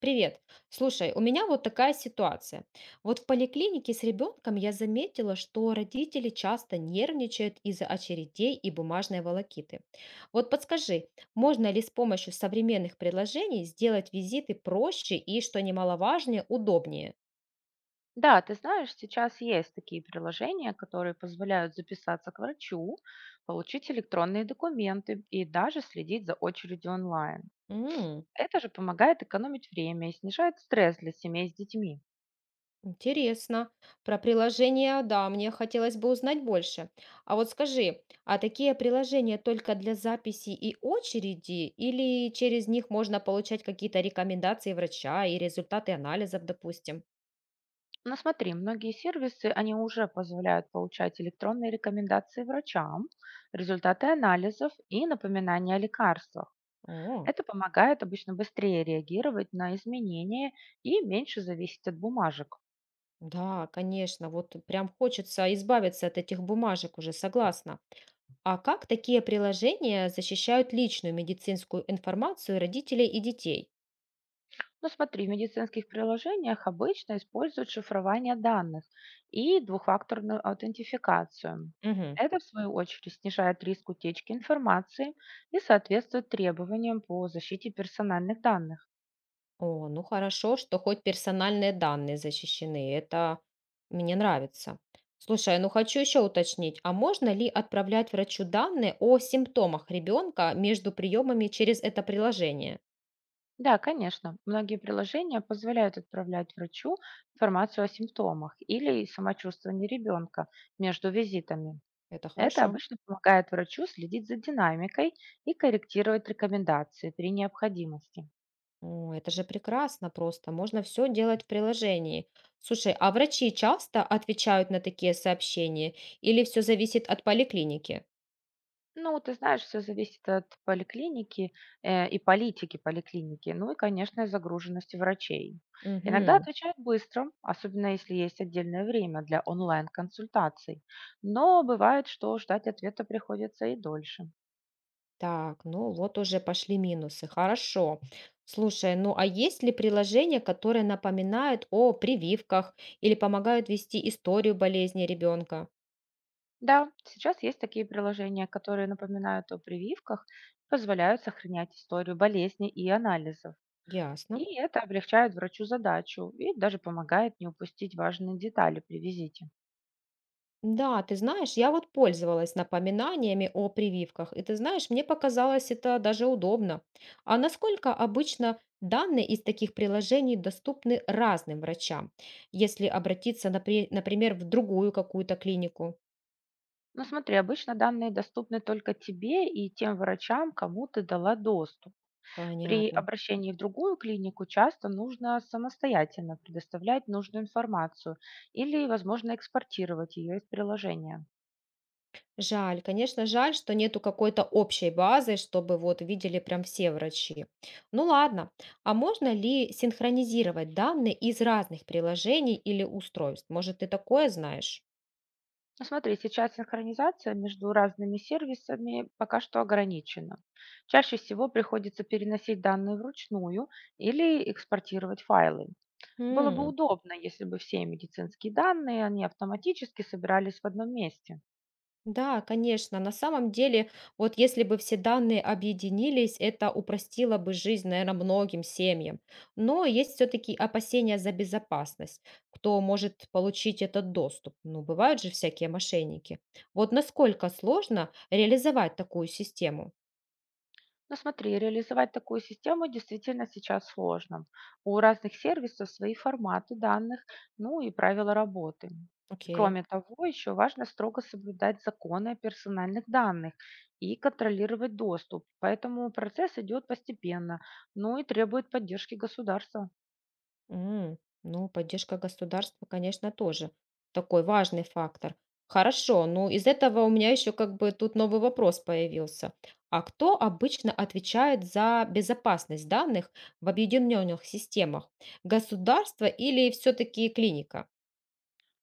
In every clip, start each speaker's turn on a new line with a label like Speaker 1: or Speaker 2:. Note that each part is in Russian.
Speaker 1: Привет. Слушай, у меня вот такая ситуация. Вот в поликлинике с ребенком я заметила, что родители часто нервничают из-за очередей и бумажной волокиты. Вот подскажи, можно ли с помощью современных приложений сделать визиты проще и, что немаловажнее, удобнее?
Speaker 2: Да, ты знаешь, сейчас есть такие приложения, которые позволяют записаться к врачу, получить электронные документы и даже следить за очередью онлайн. Это же помогает экономить время и снижает стресс для семей с детьми.
Speaker 1: Интересно. Про приложения, да, мне хотелось бы узнать больше. А вот скажи, а такие приложения только для записи и очереди, или через них можно получать какие-то рекомендации врача и результаты анализов, допустим?
Speaker 2: Но смотри, многие сервисы, они уже позволяют получать электронные рекомендации врачам, результаты анализов и напоминания о лекарствах.
Speaker 1: О,
Speaker 2: Это помогает обычно быстрее реагировать на изменения и меньше зависеть от бумажек.
Speaker 1: да, конечно, вот прям хочется избавиться от этих бумажек уже, согласна. А как такие приложения защищают личную медицинскую информацию родителей и детей?
Speaker 2: Ну смотри, в медицинских приложениях обычно используют шифрование данных и двухфакторную аутентификацию. Это, в свою очередь, снижает риск утечки информации и соответствует требованиям по защите персональных данных.
Speaker 1: О, ну хорошо, что хоть персональные данные защищены. Это мне нравится. Слушай, а, ну хочу еще уточнить, а можно ли отправлять врачу данные о симптомах ребенка между приемами через это приложение?
Speaker 2: Да, конечно, многие приложения позволяют отправлять врачу информацию о симптомах или самочувствовании ребенка между визитами.
Speaker 1: Это
Speaker 2: Это
Speaker 1: хорошо.
Speaker 2: обычно помогает врачу следить за динамикой и корректировать рекомендации при необходимости.
Speaker 1: О, это же прекрасно просто. Можно все делать в приложении. Слушай, а врачи часто отвечают на такие сообщения или все зависит от поликлиники?
Speaker 2: Ну, ты знаешь, все зависит от поликлиники, и политики поликлиники, ну и, конечно, загруженности врачей. Иногда
Speaker 1: Угу.
Speaker 2: отвечают быстро, особенно если есть отдельное время для онлайн-консультаций, но бывает, что ждать ответа приходится и дольше.
Speaker 1: Так, ну вот уже пошли минусы. Хорошо. Слушай, ну а есть ли приложения, которые напоминают о прививках или помогают вести историю болезни ребенка?
Speaker 2: Да, сейчас есть такие приложения, которые напоминают о прививках, позволяют сохранять историю болезни и анализов.
Speaker 1: Ясно.
Speaker 2: И это облегчает врачу задачу и даже помогает не упустить важные детали при визите.
Speaker 1: Да, ты знаешь, я вот пользовалась напоминаниями о прививках, и ты знаешь, мне показалось это даже удобно. А насколько обычно данные из таких приложений доступны разным врачам, если обратиться, например, в другую какую-то клинику?
Speaker 2: Ну смотри, обычно данные доступны только тебе и тем врачам, кому ты дала доступ. При
Speaker 1: Понятно.
Speaker 2: обращении в другую клинику часто нужно самостоятельно предоставлять нужную информацию или, возможно, экспортировать ее из приложения.
Speaker 1: Жаль, конечно, жаль, что нету какой-то общей базы, чтобы вот видели прям все врачи. Ну ладно, а можно ли синхронизировать данные из разных приложений или устройств? Может, ты такое знаешь?
Speaker 2: Ну смотри, сейчас синхронизация между разными сервисами пока что ограничена. Чаще всего приходится переносить данные вручную или экспортировать файлы. Было бы удобно, если бы все медицинские данные, они автоматически собирались в одном месте.
Speaker 1: Да, конечно. На самом деле, вот если бы все данные объединились, это упростило бы жизнь, наверное, многим семьям. Но есть все-таки опасения за безопасность. Кто может получить этот доступ? Ну, бывают же всякие мошенники. Вот насколько сложно реализовать такую систему?
Speaker 2: Ну смотри, реализовать такую систему действительно сейчас сложно. У разных сервисов свои форматы данных, ну и правила работы.
Speaker 1: Окей.
Speaker 2: Кроме того, еще важно строго соблюдать законы о персональных данных и контролировать доступ. Поэтому процесс идет постепенно, ну и требует поддержки государства.
Speaker 1: М. Ну, поддержка государства, конечно, тоже такой важный фактор. Хорошо, ну из этого у меня еще как бы тут новый вопрос появился. А кто обычно отвечает за безопасность данных в объединенных системах? Государство или все-таки клиника?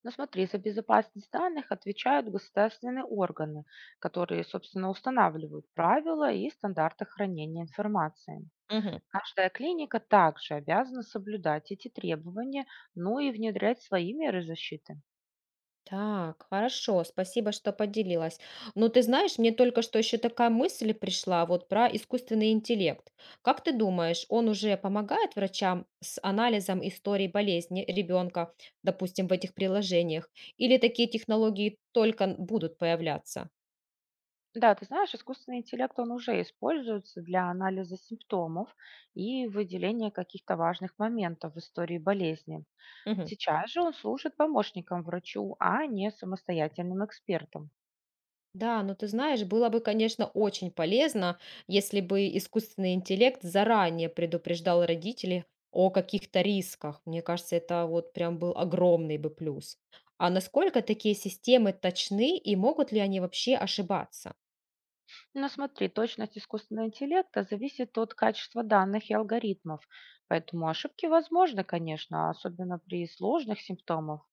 Speaker 2: Но смотри, за безопасность данных отвечают государственные органы, которые, собственно, устанавливают правила и стандарты хранения информации. Каждая клиника также обязана соблюдать эти требования, ну и внедрять свои меры защиты.
Speaker 1: Так, хорошо, спасибо, что поделилась. Ну, ты знаешь, мне только что еще такая мысль пришла вот про искусственный интеллект. Как ты думаешь, он уже помогает врачам с анализом истории болезни ребенка, допустим, в этих приложениях? Или такие технологии только будут появляться?
Speaker 2: Да, ты знаешь, искусственный интеллект, он уже используется для анализа симптомов и выделения каких-то важных моментов в истории болезни.
Speaker 1: Мгм.
Speaker 2: Сейчас же он служит помощником врачу, а не самостоятельным экспертом.
Speaker 1: Да, ну ты знаешь, было бы, конечно, очень полезно, если бы искусственный интеллект заранее предупреждал родителей о каких-то рисках. Мне кажется, это вот прям был огромный бы плюс. А насколько такие системы точны и могут ли они вообще ошибаться?
Speaker 2: Но смотри, точность искусственного интеллекта зависит от качества данных и алгоритмов, поэтому ошибки возможны, конечно, особенно при сложных симптомах.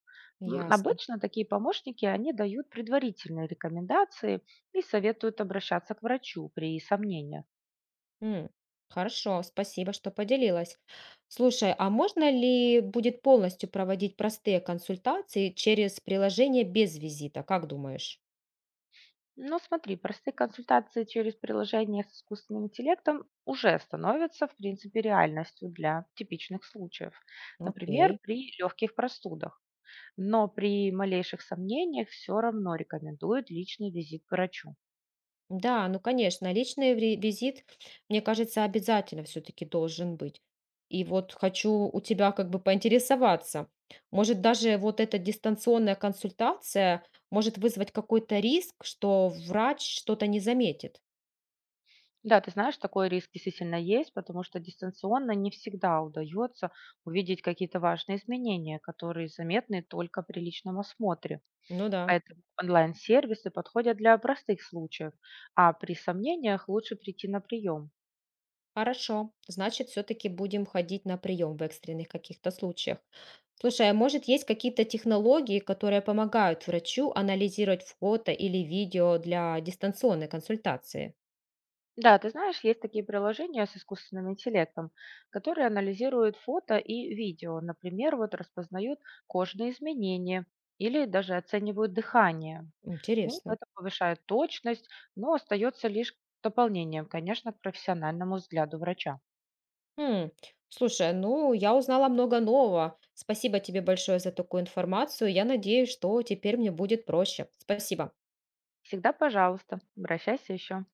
Speaker 1: Ясно.
Speaker 2: Обычно такие помощники, они дают предварительные рекомендации и советуют обращаться к врачу при сомнениях.
Speaker 1: М. Хорошо, спасибо, что поделилась. Слушай, а можно ли будет полностью проводить простые консультации через приложение без визита? Как думаешь?
Speaker 2: Но смотри, простые консультации через приложение с искусственным интеллектом уже становятся, в принципе, реальностью для типичных случаев. Например,
Speaker 1: Окей.
Speaker 2: при легких простудах. Но при малейших сомнениях все равно рекомендуют личный визит к врачу.
Speaker 1: Да, ну, конечно, личный визит, мне кажется, обязательно все-таки должен быть. И вот хочу у тебя как бы поинтересоваться. Может, даже вот эта дистанционная консультация может вызвать какой-то риск, что врач что-то не заметит.
Speaker 2: Да, ты знаешь, такой риск действительно есть, потому что дистанционно не всегда удается увидеть какие-то важные изменения, которые заметны только при личном осмотре.
Speaker 1: Ну да,
Speaker 2: Поэтому онлайн-сервисы подходят для простых случаев, а при сомнениях лучше прийти на прием.
Speaker 1: хорошо. Значит, все-таки будем ходить на прием в экстренных каких-то случаях. Слушай, а может, есть какие-то технологии, которые помогают врачу анализировать фото или видео для дистанционной консультации?
Speaker 2: Да, ты знаешь, есть такие приложения с искусственным интеллектом, которые анализируют фото и видео. Например, вот распознают кожные изменения или даже оценивают дыхание. Ну,
Speaker 1: Интересно.
Speaker 2: это повышает точность, но остается лишь дополнением, конечно, к профессиональному взгляду врача.
Speaker 1: М, слушай, ну, я узнала много нового. Спасибо тебе большое за такую информацию. Я надеюсь, что теперь мне будет проще. Спасибо.
Speaker 2: Всегда, пожалуйста, обращайся еще.